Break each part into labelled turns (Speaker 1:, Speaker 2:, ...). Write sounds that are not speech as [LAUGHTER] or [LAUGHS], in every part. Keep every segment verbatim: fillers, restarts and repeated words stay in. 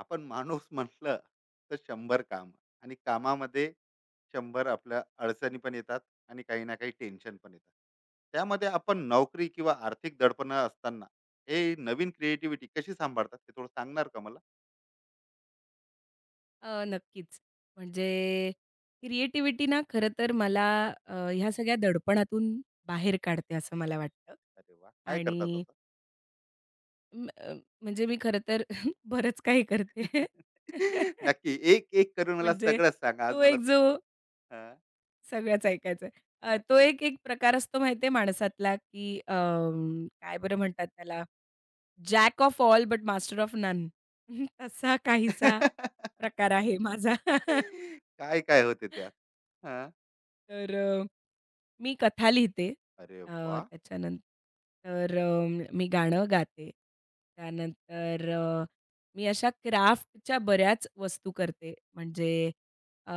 Speaker 1: आपण माणूस [LAUGHS] म्हटलं तर शंभर काम आणि कामामध्ये शंभर आपल्या अडचणी पण येतात आणि काही ना काही टेन्शन पण येतात. त्यामध्ये आपण नोकरी किंवा आर्थिक दडपण असताना हे नवीन क्रिएटिव्हिटी कशी सांभाळतात ते थोडं सांगणार का मला?
Speaker 2: अ, नक्कीच. म्हणजे क्रिएटिव्हिटी ना खरं तर मला अ, ह्या सगळ्या दडपणातून बाहेर काढते असं मला वाटतं.
Speaker 1: अरे वा, काय करतात
Speaker 2: आणि
Speaker 1: असं?
Speaker 2: म अ, म्हणजे मी खरं तर [LAUGHS] बरंच काही करते.
Speaker 1: [LAUGHS]
Speaker 2: [LAUGHS]
Speaker 1: नक्की एक एक करून मला
Speaker 2: म्हणजे
Speaker 1: सगळंच सांगा आज
Speaker 2: तो
Speaker 1: मला.
Speaker 2: एक जो
Speaker 1: हा,
Speaker 2: सगळंच ऐकायचं आहे. अ, तो
Speaker 1: नक्की.
Speaker 2: एक एक प्रकार असतो माहिती आहे माणसातला, की अं, काय बरं म्हणतात त्याला? Jack of all but master of none. [LAUGHS] तसा काहीसा प्रकार
Speaker 1: [LAUGHS]
Speaker 2: आहे माझा. [LAUGHS]
Speaker 1: काय काय होते त्यात? हा,
Speaker 2: तर मी कथा लिहिते.
Speaker 1: अरे
Speaker 2: अ,
Speaker 1: वा
Speaker 2: त्याच्यानंतर अ, मी गाणं गाते. त्यानंतर अ, मी अशा क्राफ्टच्या बऱ्याच वस्तू करते. म्हणजे अ,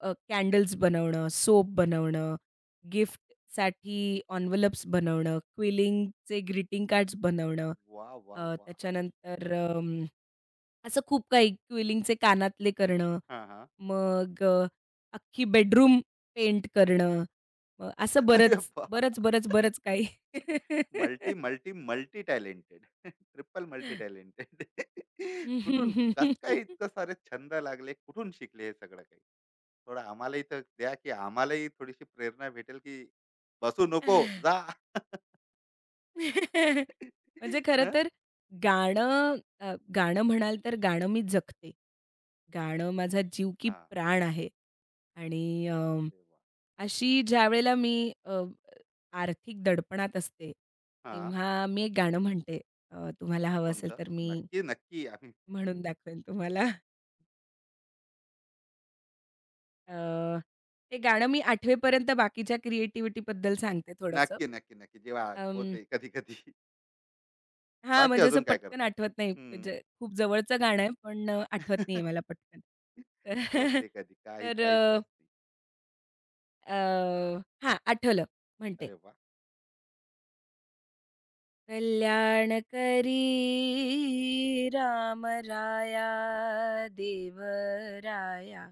Speaker 2: अ, कॅन्डल्स बनवणं, सोप बनवणं, गिफ्टसाठी एन्व्हलप्स बनवणं, क्विलिंगचे ग्रीटिंग कार्ड्स बनवणं.
Speaker 1: वा वा
Speaker 2: अ,
Speaker 1: वा.
Speaker 2: त्याच्यानंतर अं, असं खूप काही क्विलिंगचे कानातले करणं.
Speaker 1: हा हा.
Speaker 2: मग अ, अख्खी बेडरूम पेंट करणं. मग असं
Speaker 1: [LAUGHS] अरे
Speaker 2: बरंच,
Speaker 1: वा,
Speaker 2: बरंच, बरंच, बरंच काही.
Speaker 1: Multi, multi, multi talented. [LAUGHS] Triple multi
Speaker 2: [LAUGHS]
Speaker 1: talented. [LAUGHS] कुठून कसं काय इतकं सारे छंद लागले? कुठून शिकले हे सगळं काही? थोडं आम्हालाही तर द्या, की आम्हालाही थोडीशी प्रेरणा भेटेल, की बसू नको, जा. [LAUGHS]
Speaker 2: म्हणजे खरं
Speaker 1: हं,
Speaker 2: तर गाणं अ, गाणं म्हणाल तर गाणं मी जगते. गाणं माझा जीव की
Speaker 1: हां.
Speaker 2: प्राण आहे आणि अ,
Speaker 1: अरे वाह!
Speaker 2: अशी ज्यावेळेला मी अ, आर्थिक दडपणात असते,
Speaker 1: हां,
Speaker 2: तेव्हा मी एक गाणं म्हणते. अ,
Speaker 1: वाह!
Speaker 2: तुम्हाला हवं असेल
Speaker 1: कोणतं?
Speaker 2: तर मी
Speaker 1: नक्की, नक्की. आम्ही
Speaker 2: म्हणून दाखवेन तुम्हाला. अ, ते गाणं मी आठवी पर्यंत बाकीच्या क्रिएटिव्हिटीबद्दल सांगते थोडंसं.
Speaker 1: नक्की, नक्की, नक्की. जेव्हा
Speaker 2: अं,
Speaker 1: होते कधी-कधी.
Speaker 2: हां,
Speaker 1: बाकी
Speaker 2: म्हणजे असं
Speaker 1: अजून काय
Speaker 2: पटकन
Speaker 1: करतात?
Speaker 2: आठवत नाही.
Speaker 1: हं.
Speaker 2: म्हणजे खूप जवळचं गाणं आहे, पण अ, आठवत नाही
Speaker 1: [LAUGHS]
Speaker 2: आहे मला पटकन. तर [LAUGHS]
Speaker 1: होते कधी काही,
Speaker 2: तर
Speaker 1: काही
Speaker 2: अ,
Speaker 1: त्रास नाही.
Speaker 2: अ, हां, आठवलं म्हणते.
Speaker 1: अरे वाह!
Speaker 2: कल्याण करी रामराया देवराया,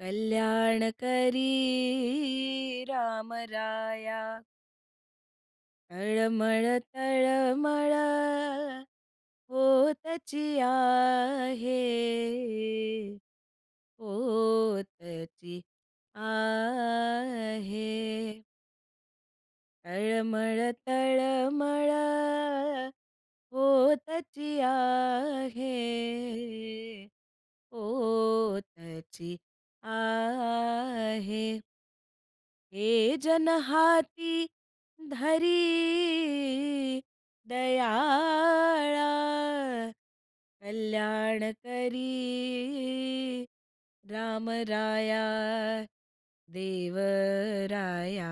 Speaker 2: कल्याण करी रामराया तळमळ तळमळ होतची आहे होतची आहे तळमळ तळमळ होतची आहे होतची आहे हे जन हाती धरी दयाळा कल्याण करी राम राया देव राया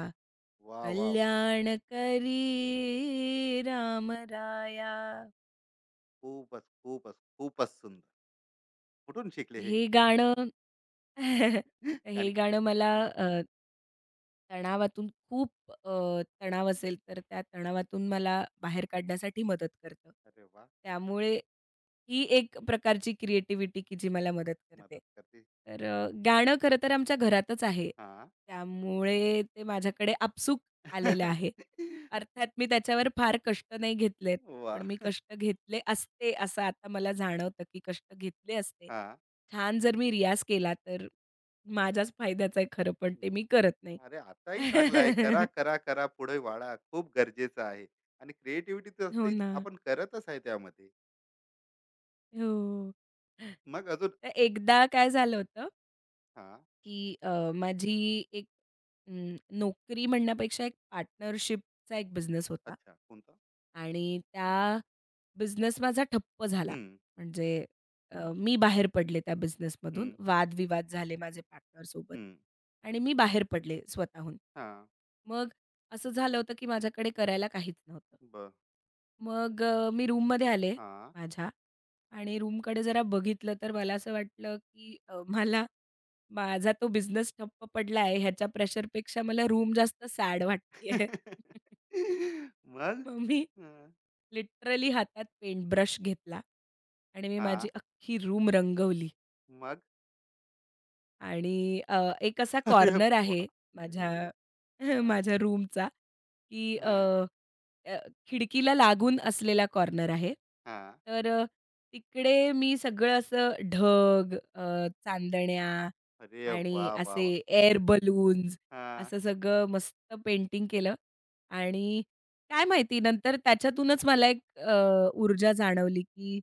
Speaker 1: वाह, वाह, वाह!
Speaker 2: कल्याण करी राम राया
Speaker 1: खूपच, खूपच, खूपच सुंदर. कुठून शिकले हे?
Speaker 2: हे गाणं [LAUGHS]
Speaker 1: [LAUGHS] कारण
Speaker 2: हे गाणं मला तणावातून खूप अ, तणाव असेल, तर त्या तणावातून मला बाहेर काढण्यासाठी मदत करतं.
Speaker 1: अरे वा,
Speaker 2: त्यामुळे ही एक प्रकारची क्रिएटिव्हिटी की जी मला मदत करते.
Speaker 1: मदत करते.
Speaker 2: तर अ, गाणं खरं तर आमच्या घरातच आहे.
Speaker 1: हां.
Speaker 2: त्यामुळे ते माझ्याकडे आपसूक आलेलं आहे. अर्थात मी त्याच्यावर फार कष्ट नाही घेतलेत. पण मी
Speaker 1: वाह!
Speaker 2: कष्ट घेतले असते असं आता मला जाणवतं, की कष्ट घेतले असते.
Speaker 1: हां.
Speaker 2: छान जर मी रियाज केला तर माझ्याच फायद्याचं आहे खरं पण
Speaker 1: हं.
Speaker 2: ते
Speaker 1: [LAUGHS]
Speaker 2: मी करत नाही.
Speaker 1: अरे, आताही चांगला आहे. करा,
Speaker 2: [LAUGHS]
Speaker 1: करा, करा, पुढे वाढा. खूप गरजेचं आहे आणि क्रिएटिव्हिटी
Speaker 2: हो
Speaker 1: तशी
Speaker 2: ना.
Speaker 1: आपण करतच आहे त्यामध्ये.
Speaker 2: हो.
Speaker 1: मग अजून?
Speaker 2: तर एकदा काय झालं होतं
Speaker 1: हां.
Speaker 2: की अ, माझी एक अं, नोकरी म्हणण्यापेक्षा एक पार्टनरशिपचा एक बिझनेस होता.
Speaker 1: अच्छा, कोणता?
Speaker 2: आणि त्या बिझनेस माझा ठप्प झाला.
Speaker 1: हं,
Speaker 2: म्हणजे अ, मी बाहेर पडले त्या बिझनेसमधून.
Speaker 1: हं,
Speaker 2: वादविवाद झाले माझे पार्टनरसोबत
Speaker 1: हं.
Speaker 2: आणि मी बाहेर पडले स्वतःहून.
Speaker 1: हां.
Speaker 2: मग असं झालं होतं की माझ्याकडे करायला काहीच नव्हतं.
Speaker 1: बरं.
Speaker 2: मग अ, मी रूममध्ये आले
Speaker 1: हां.
Speaker 2: माझ्या आणि रूमकडे जरा बघितलं तर मला असं वाटलं की अ, मला माझा तो बिझनेस ठप्प पडला आहे ह्याच्या प्रेशरपेक्षा मला रूम जास्त सॅड वाटतेय. [LAUGHS]
Speaker 1: [LAUGHS] मग?
Speaker 2: मग मी
Speaker 1: हं.
Speaker 2: लिटरली हातात पेंटब्रश घेतला आणि मी माझी
Speaker 1: हां.
Speaker 2: अख्खी रूम रंगवली
Speaker 1: मग?
Speaker 2: आणि अ, एक असा
Speaker 1: अरे
Speaker 2: कॉर्नर
Speaker 1: वाह!
Speaker 2: आहे माझ्या [LAUGHS]
Speaker 1: हां,
Speaker 2: माझ्या रूमचा, की
Speaker 1: हां,
Speaker 2: अ, खिडकीला लागून असलेला कॉर्नर आहे.
Speaker 1: हां.
Speaker 2: तर अ, तिकडे मी सगळं असं ढग, अ, चांदण्या
Speaker 1: अरे
Speaker 2: आणि
Speaker 1: वाह! वाह!
Speaker 2: असे
Speaker 1: वाह!
Speaker 2: एअर बलून्स
Speaker 1: हां,
Speaker 2: असं सगळं मस्त पेंटिंग केलं आणि काय माहिती नंतर त्याच्यातूनच मला एक अ, ऊर्जा जाणवली, की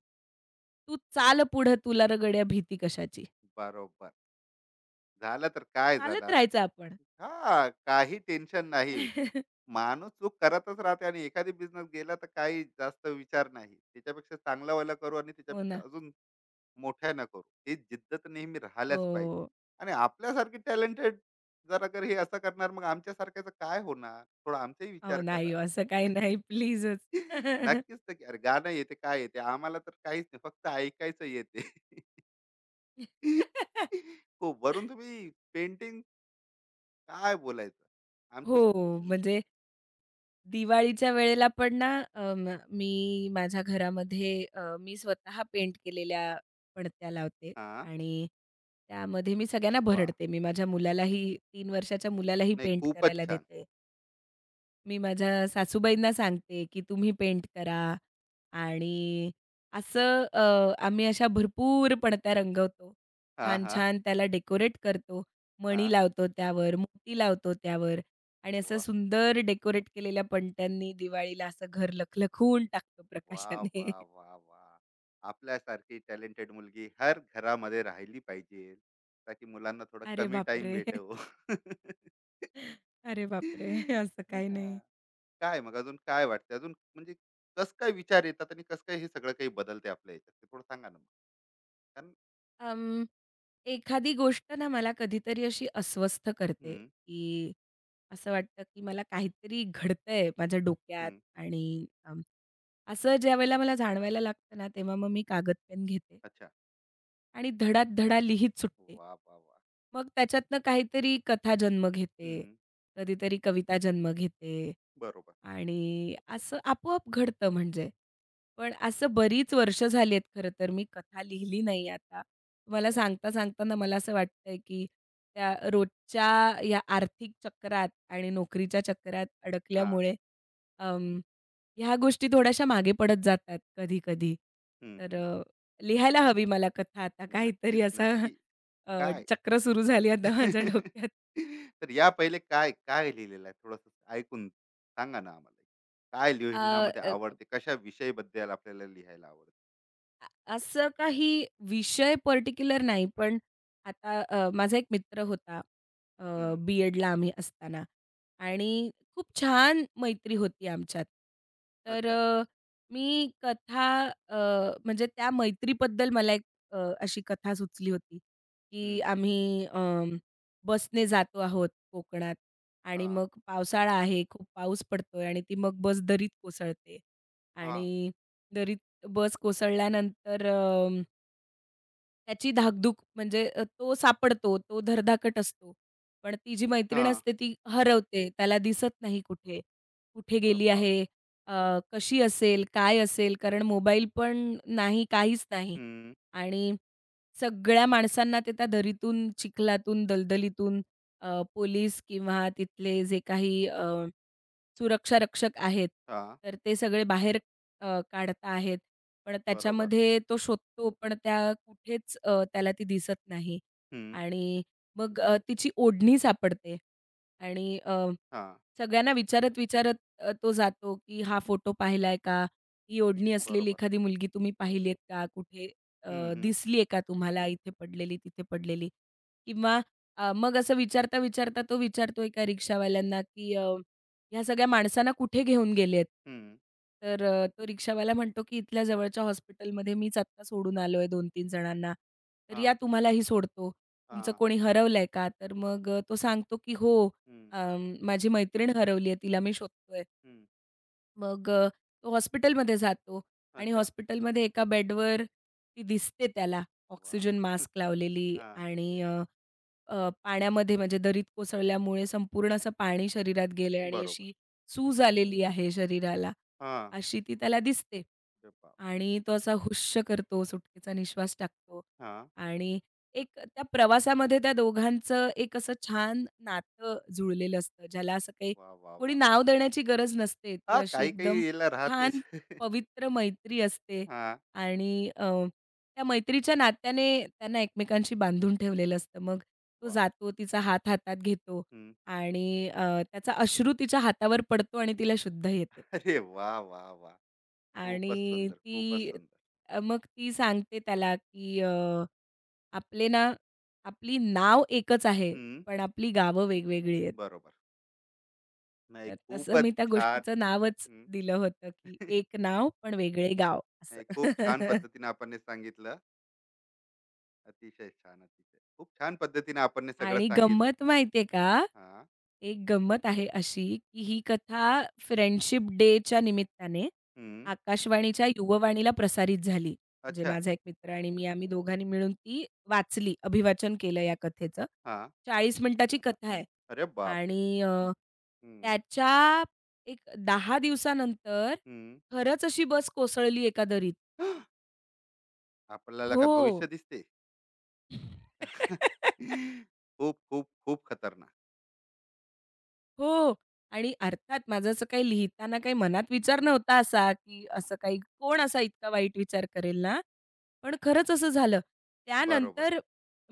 Speaker 2: "तू चाल पुढं तुला र गड्या भीती कशाची."
Speaker 1: बरोबर. झालं तर काय
Speaker 2: चालत
Speaker 1: झालं?
Speaker 2: राहायचं आपण.
Speaker 1: हां, काही टेन्शन नाही.
Speaker 2: [LAUGHS]
Speaker 1: माणूस चूक करतच राहते, आणि एखादी बिझनेस गेला तर काही जास्त विचार नाही. त्याच्यापेक्षा चांगलावाला करू आणि
Speaker 2: हो ना.
Speaker 1: त्याच्यापेक्षा अजून मोठ्यानं करू. ही जिद्द तर नेहमी राहिल्याच पाहिजे.
Speaker 2: हो.
Speaker 1: आणि आपल्यासारखी टॅलेंटेड जर अगर हे असं करणार, मग आमच्यासारख्याचं काय होणार? थोडा आमचाही
Speaker 2: अहो
Speaker 1: विचार
Speaker 2: नाही
Speaker 1: करा.
Speaker 2: हो, असं काही
Speaker 1: [LAUGHS]
Speaker 2: नाही प्लीजच.
Speaker 1: नक्कीच. तर अरे गाणं येते, काय येते? आम्हाला तर काहीच नाही. फक्त ऐकायचं येते. [LAUGHS]
Speaker 2: [LAUGHS]
Speaker 1: खूप वरून तुम्ही पेंटिंग काय बोलायचं आमचे
Speaker 2: हो,
Speaker 1: ब-.
Speaker 2: म्हणजे दिवाळीच्या वेळेला पण ना अं, मी माझ्या घरामध्ये अ, मी स्वतः पेंट केलेल्या पणत्या लावते
Speaker 1: हा,
Speaker 2: आणि त्यामध्ये मी सगळ्यांना
Speaker 1: वा,
Speaker 2: भरडते. मी माझ्या मुलालाही तीन वर्षाच्या मुलालाही
Speaker 1: नाही
Speaker 2: पेंट
Speaker 1: खूपच
Speaker 2: करायला
Speaker 1: छान.
Speaker 2: देते. मी माझ्या सासूबाईंना सांगते, की तुम्ही पेंट करा आणि असं अ, आम्ही अशा भरपूर पणत्या रंगवतो.
Speaker 1: हा हा.
Speaker 2: छान-छान त्याला डेकोरेट करतो.
Speaker 1: हा,
Speaker 2: मणी लावतो त्यावर, मोती लावतो त्यावर आणि असं
Speaker 1: वा
Speaker 2: सुंदर डेकोरेट केलेल्या पणत्यांनी दिवाळीला असं घर लखलखून टाकतो
Speaker 1: वा वा
Speaker 2: प्रकाशाने. [LAUGHS]
Speaker 1: वा वा. आपल्यासारखी टॅलेंटेड मुलगी हर घरामध्ये राहिली पाहिजे ताकी मुलांना थोडं
Speaker 2: अरे
Speaker 1: कमी टाइम
Speaker 2: बापरे!
Speaker 1: भेटव. [LAUGHS]
Speaker 2: अरे बापरे! असं काही नाही.
Speaker 1: हा. काय मग अजून काय वाटते अजून, म्हणजे कस काय विचार येतात आणि कस काय हे सगळं काही बदलते आपल्या याच्यात, ते थोडं सांगा ना मग. कारण
Speaker 2: अं, एखादी गोष्ट ना मला कधीतरी अशी अस्वस्थ करते,
Speaker 1: हम्म,
Speaker 2: की असं वाटतं, की मला काहीतरी घडतंय माझ्या डोक्यात
Speaker 1: हम्म,
Speaker 2: आणि अं, असं ज्यावेळेला मला जाणवायला लागतं ना, तेव्हा मग मी कागद पेन घेते
Speaker 1: अच्छा,
Speaker 2: आणि धडात धडा लिहीत सुटते.
Speaker 1: वा वा वा,
Speaker 2: मग त्याच्यातनं काहीतरी कथा जन्म घेते,
Speaker 1: हम्म,
Speaker 2: कधीतरी कविता जन्म घेते
Speaker 1: बरोबर.
Speaker 2: आणि असं आपोआप घडतं म्हणजे. पण असं बरीच वर्ष झाली आहेत खरं तर मी कथा लिहिली नाही आता. तुम्हाला सांगता-सांगता ना मला असं वाटतंय, की त्या रोजच्या या आर्थिक चक्रात आणि नोकरीच्या चक्रात
Speaker 1: हां.
Speaker 2: अडकल्यामुळे अं, ह्या गोष्टी थोड्याशा मागे पडत जातात कधी-कधी.
Speaker 1: हं,
Speaker 2: तर
Speaker 1: हं.
Speaker 2: अ लिहायला हवी मला कथा आता
Speaker 1: नक्कीच,
Speaker 2: काहीतरी असा
Speaker 1: नक्की.
Speaker 2: अ,
Speaker 1: काय?
Speaker 2: चक्र सुरू झाली आता माझ्या
Speaker 1: [LAUGHS]
Speaker 2: डोक्यात.
Speaker 1: तर या पहिले काय, काय लिहिलेलं आहे? थोडंसं ऐकून सांगा ना आम्हाला. काय
Speaker 2: अ,
Speaker 1: लिहिण्यामध्ये आवडते? कशा विषयाबद्दल आपल्याला लिहायला आवडते?
Speaker 2: असं काही विषय पर्टिक्युलर नाही, पण आता अ, माझा एक मित्र होता अ,
Speaker 1: हं.
Speaker 2: बी-एडला आम्ही असताना आणि खूप छान मैत्री होती आमच्यात. तर
Speaker 1: अच्छा.
Speaker 2: अ, मी कथा अ, म्हणजे त्या मैत्रीबद्दल मला एक अ, अशी कथा सुचली होती, की
Speaker 1: हं.
Speaker 2: आम्ही अं, बसने जातो आहोत कोकणात आणि
Speaker 1: हां.
Speaker 2: मग पावसाळा आहे, खूप पाऊस पडतोय आणि ती मग बस दरीत कोसळते
Speaker 1: हां.
Speaker 2: आणि दरीत बस कोसळल्यानंतर अ, त्याची धाकधूक म्हणजे अ, तो सापडतो, तो धरधाकट असतो. पण ती जी मैत्रीण
Speaker 1: हां.
Speaker 2: असते ती हरवते, त्याला दिसत नाही कुठे. कुठे
Speaker 1: अ,
Speaker 2: गेली आहे?
Speaker 1: बापरे!
Speaker 2: अ, कशी असेल? काय असेल? कारण मोबाईल पण नाही, काहीच नाही.
Speaker 1: हं.
Speaker 2: आणि सगळ्या माणसांना ते त्या दरीतून, चिखलातून, दलदलीतून अ, पोलीस किंवा तिथले जे काही अ, सुरक्षारक्षक आहेत,
Speaker 1: हां.
Speaker 2: तर ते सगळे बाहेर अ, काढता आहेत. पण
Speaker 1: बरोबर.
Speaker 2: त्याच्यामध्ये तो शोधतो, पण त्या कुठेच अ, त्याला ती दिसत नाही
Speaker 1: हं.
Speaker 2: आणि मग अ, तिची ओढणी सापडते आणि अ
Speaker 1: हां.
Speaker 2: सगळ्यांना विचारत, विचारत अ, तो जातो, की हा फोटो पाहिलाय का? ही ओढणी असलेली
Speaker 1: बरोबर.
Speaker 2: एखादी मुलगी तुम्ही पाहिलीत का? कुठे अ,
Speaker 1: हं, हं.
Speaker 2: दिसली आहे का तुम्हाला इथे पडलेली, तिथे पडलेली? किंवा अ, मग असं विचारता, विचारता तो विचारतो एका रिक्षावाल्यांना, की अ, "ह्या सगळ्या माणसांना कुठे घेऊन गेलेत?"
Speaker 1: हं.
Speaker 2: तर अ, तो रिक्षावाला म्हणतो, की "इथल्या जवळच्या हॉस्पिटलमध्ये मीच आत्ता सोडून आलोय दोन-तीन जणांना, तर
Speaker 1: हां.
Speaker 2: या तुम्हालाही सोडतो. तुमचं
Speaker 1: हां.
Speaker 2: कोणी हरवलंय का?" तर मग अ, तो सांगतो, की "हो."
Speaker 1: हं.
Speaker 2: अं, माझी मैत्रीण हरवली आहे, तिला मी शोधतोय.
Speaker 1: हं.
Speaker 2: मग अ, तो हॉस्पिटलमध्ये जातो आणि
Speaker 1: अच्छा.
Speaker 2: हॉस्पिटलमध्ये एका बेडवर ती दिसते त्याला,
Speaker 1: वाह!
Speaker 2: ऑक्सिजन मास्क लावलेली
Speaker 1: हां.
Speaker 2: आणि अ, अ, पाण्यामध्ये म्हणजे दरीत कोसळल्यामुळे संपूर्ण असं पाणी शरीरात गेलंय आणि
Speaker 1: बरोबर.
Speaker 2: अशी सूज आलेली आहे शरीराला,
Speaker 1: हां.
Speaker 2: अशी ती त्याला दिसते.
Speaker 1: अरे बाप!
Speaker 2: आणि तो असा हुश्य करतो, सुटकेचा निश्वास टाकतो
Speaker 1: हां.
Speaker 2: आणि एक त्या प्रवासामध्ये त्या दोघांचं एक असं छान नातं जुळलेलं असतं, ज्याला असं काही
Speaker 1: वा वा
Speaker 2: कोणी
Speaker 1: वा.
Speaker 2: नाव देण्याची गरज नसते. ती
Speaker 1: हा,
Speaker 2: अशी
Speaker 1: काही
Speaker 2: एकदम
Speaker 1: काही याला
Speaker 2: छान
Speaker 1: राहतेच. [LAUGHS]
Speaker 2: पवित्र मैत्री असते
Speaker 1: हा,
Speaker 2: आणि अ त्या मैत्रीच्या नात्याने त्यांना एकमेकांशी बांधून ठेवलेलं असतं. मग तो
Speaker 1: वा,
Speaker 2: जातो, तिचा हात हातात घेतो
Speaker 1: हम्म.
Speaker 2: आणि अ, त्याचा अश्रू तिच्या हातावर पडतो आणि तिला शुद्ध येते
Speaker 1: अरे वा वा वा,
Speaker 2: आणि
Speaker 1: खूपच सुंदर,
Speaker 2: ती
Speaker 1: खूपच सुंदर.
Speaker 2: अ, मग ती सांगते त्याला, की अ, "आपले ना आपली नाव एकच आहे,
Speaker 1: हम्म,
Speaker 2: पण आपली गावं वेगवेगळी आहेत."
Speaker 1: बरोबर. नाही
Speaker 2: तर तसं
Speaker 1: खूपच
Speaker 2: मी त्या
Speaker 1: छान.
Speaker 2: गोष्टीचं नावच
Speaker 1: हम्म.
Speaker 2: दिलं होतं, की
Speaker 1: [LAUGHS]
Speaker 2: "एक नाव पण वेगळे गाव" असं.
Speaker 1: नाही खूप छान
Speaker 2: [LAUGHS]
Speaker 1: पद्धतीने आपण हे सांगितलं. अतिशय छान, अतिशय खूप छान पद्धतीने आपण हे सगळं
Speaker 2: आणि
Speaker 1: सांगितलं.
Speaker 2: गंमत माहिती का
Speaker 1: हा.
Speaker 2: एक गंमत आहे अशी, की ही कथा फ्रेंडशिप डेच्या निमित्ताने
Speaker 1: हम्म.
Speaker 2: आकाशवाणीच्या युववाणीला प्रसारित झाली. म्हणजे
Speaker 1: अच्छा.
Speaker 2: माझा एक मित्र आणि मी आम्ही दोघांनी मिळून ती वाचली, अभिवाचन केलं या कथेचं.
Speaker 1: हा.
Speaker 2: चाळीस मिनिटाची कथा आहे
Speaker 1: अरे बापरे!
Speaker 2: आणि अ,
Speaker 1: हम्म.
Speaker 2: त्याच्या एक दहा दिवसानंतर
Speaker 1: हम्म.
Speaker 2: खरंच अशी बस कोसळली एका दरीत.
Speaker 1: [GASPS] आपल्याला काय भविष्य
Speaker 2: हो.
Speaker 1: दिसते? [LAUGHS]
Speaker 2: [LAUGHS]
Speaker 1: खूप खूप खूप खतरनाक.
Speaker 2: हो. आणि अर्थात माझं असं काही लिहिताना काही मनात विचार नव्हता असा, की असं काही कोण असा इतका वाईट विचार करेल ना? पण खरंच असं झालं.
Speaker 1: बरोबर.
Speaker 2: त्यानंतर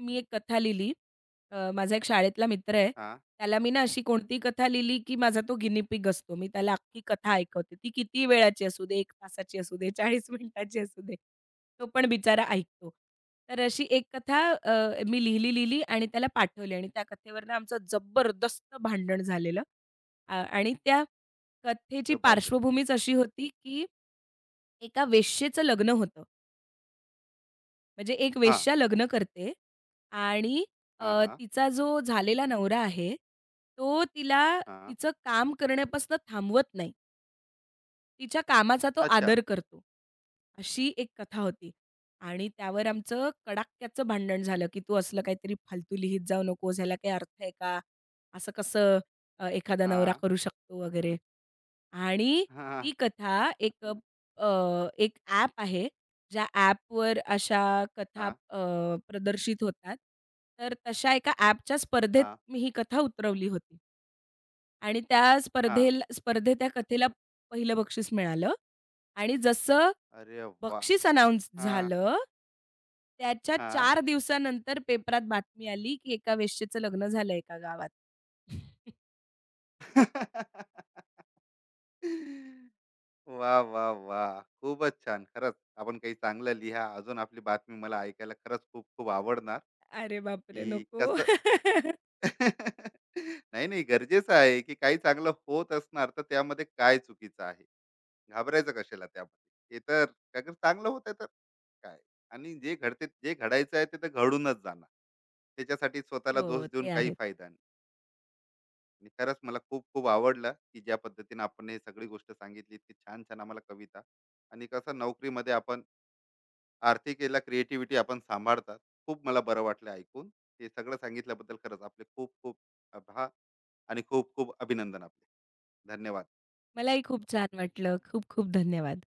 Speaker 2: मी एक कथा लिहिली. अ, माझा एक शाळेतला मित्र आहे.
Speaker 1: हा.
Speaker 2: त्याला मी ना अशी कोणती कथा लिहिली, की माझा तो गिनी पिग असतो. मी त्याला अख्खी कथा ऐकवते. ती किती वेळाची असू दे, एक तासाची असू दे, चाळीस [LAUGHS] मिनिटाची असू दे. तो पण बिचारा ऐकतो. तर अशी एक कथा अ, मी लिहिली, लिहिली आणि त्याला पाठवली आणि त्या कथेवरनं आमचं जबरदस्त भांडण झालेलं. अ, आणि त्या कथेची
Speaker 1: अरे बापरे!
Speaker 2: पार्श्वभूमीच अशी होती, की एका वेश्येचं लग्न होतं. म्हणजे एक
Speaker 1: हां,
Speaker 2: वेश्या लग्न करते आणि अ,
Speaker 1: हां, हां,
Speaker 2: तिचा जो झालेला नवरा आहे, तो तिला
Speaker 1: हां.
Speaker 2: तिचं काम करण्यापासून थांबवत नाही. तिच्या कामाचा तो
Speaker 1: अच्छा.
Speaker 2: आदर करतो. अशी एक कथा होती आणि त्यावर आमचं कडाक्याचं
Speaker 1: अरे,
Speaker 2: भांडण झालं, की "तू असलं काहीतरी फालतू लिहित जाऊ नकोस. ह्याला काही अर्थ आहे का? असं कसं अ, एखादा नवरा
Speaker 1: हां,
Speaker 2: करू शकतो?" वगैरे. आणि
Speaker 1: हां,
Speaker 2: ती कथा एक अ, एक ॲप आहे. ज्या ॲपवर अशा कथा
Speaker 1: हां,
Speaker 2: अ, प्रदर्शित होतात. तर तशा एका ॲपच्या स्पर्धेत
Speaker 1: हां,
Speaker 2: मी ही कथा उतरवली होती. आणि त्या
Speaker 1: हां.
Speaker 2: स्पर्धेला स्पर्धेत त्या कथेला पहिलं बक्षीस मिळालं आणि जसं
Speaker 1: अरे वाह!
Speaker 2: बक्षीस अनाउन्स
Speaker 1: हां,
Speaker 2: झालं, त्याच्या
Speaker 1: हां.
Speaker 2: चार दिवसानंतर पेपरात बातमी आली, की एका वेश्येचं लग्न झालं एका गावात.
Speaker 1: वाह, वाह, वाह! [LAUGHS] खूपच छान. खरंच आपण काही चांगलं लिहा. अजून आपली बातमी मला ऐकायला खरंच खूप खूप आवडणार, की
Speaker 2: अरे बापरे! नको.
Speaker 1: कसं.
Speaker 2: [LAUGHS]
Speaker 1: [LAUGHS] नाही, नाही. गरजेचं आहे, की काही चांगलं होत असणार, तर त्यामध्ये काय चुकीचं आहे? घाबरायचं कशाला त्यामध्ये? ते तर अगर चांगलं होतंय तर काय? आणि जे घडते, जे घडायचं आहे, ते तर घडूनच जाणार. त्याच्यासाठी स्वतःला दोष
Speaker 2: हो,
Speaker 1: देऊन
Speaker 2: ते
Speaker 1: काही
Speaker 2: आहेत.
Speaker 1: फायदा नाही. आणि खरंच मला खूप खूप आवडलं, की ज्या पद्धतीने आपण हे सगळी गोष्ट सांगितली. इतकी छान-छान आम्हाला कविता आणि कसं नोकरीमध्ये आपण आर्थिक याला क्रिएटिव्हिटी आपण सांभाळतात. खूप मला बरं वाटलं ऐकून. हे सगळं सांगितल्याबद्दल खरंच आपले खूप खूप आभार आणि खूप खूप अभिनंदन आपले. धन्यवाद.
Speaker 2: मलाही खूप छान वाटलं. खूप खूप धन्यवाद.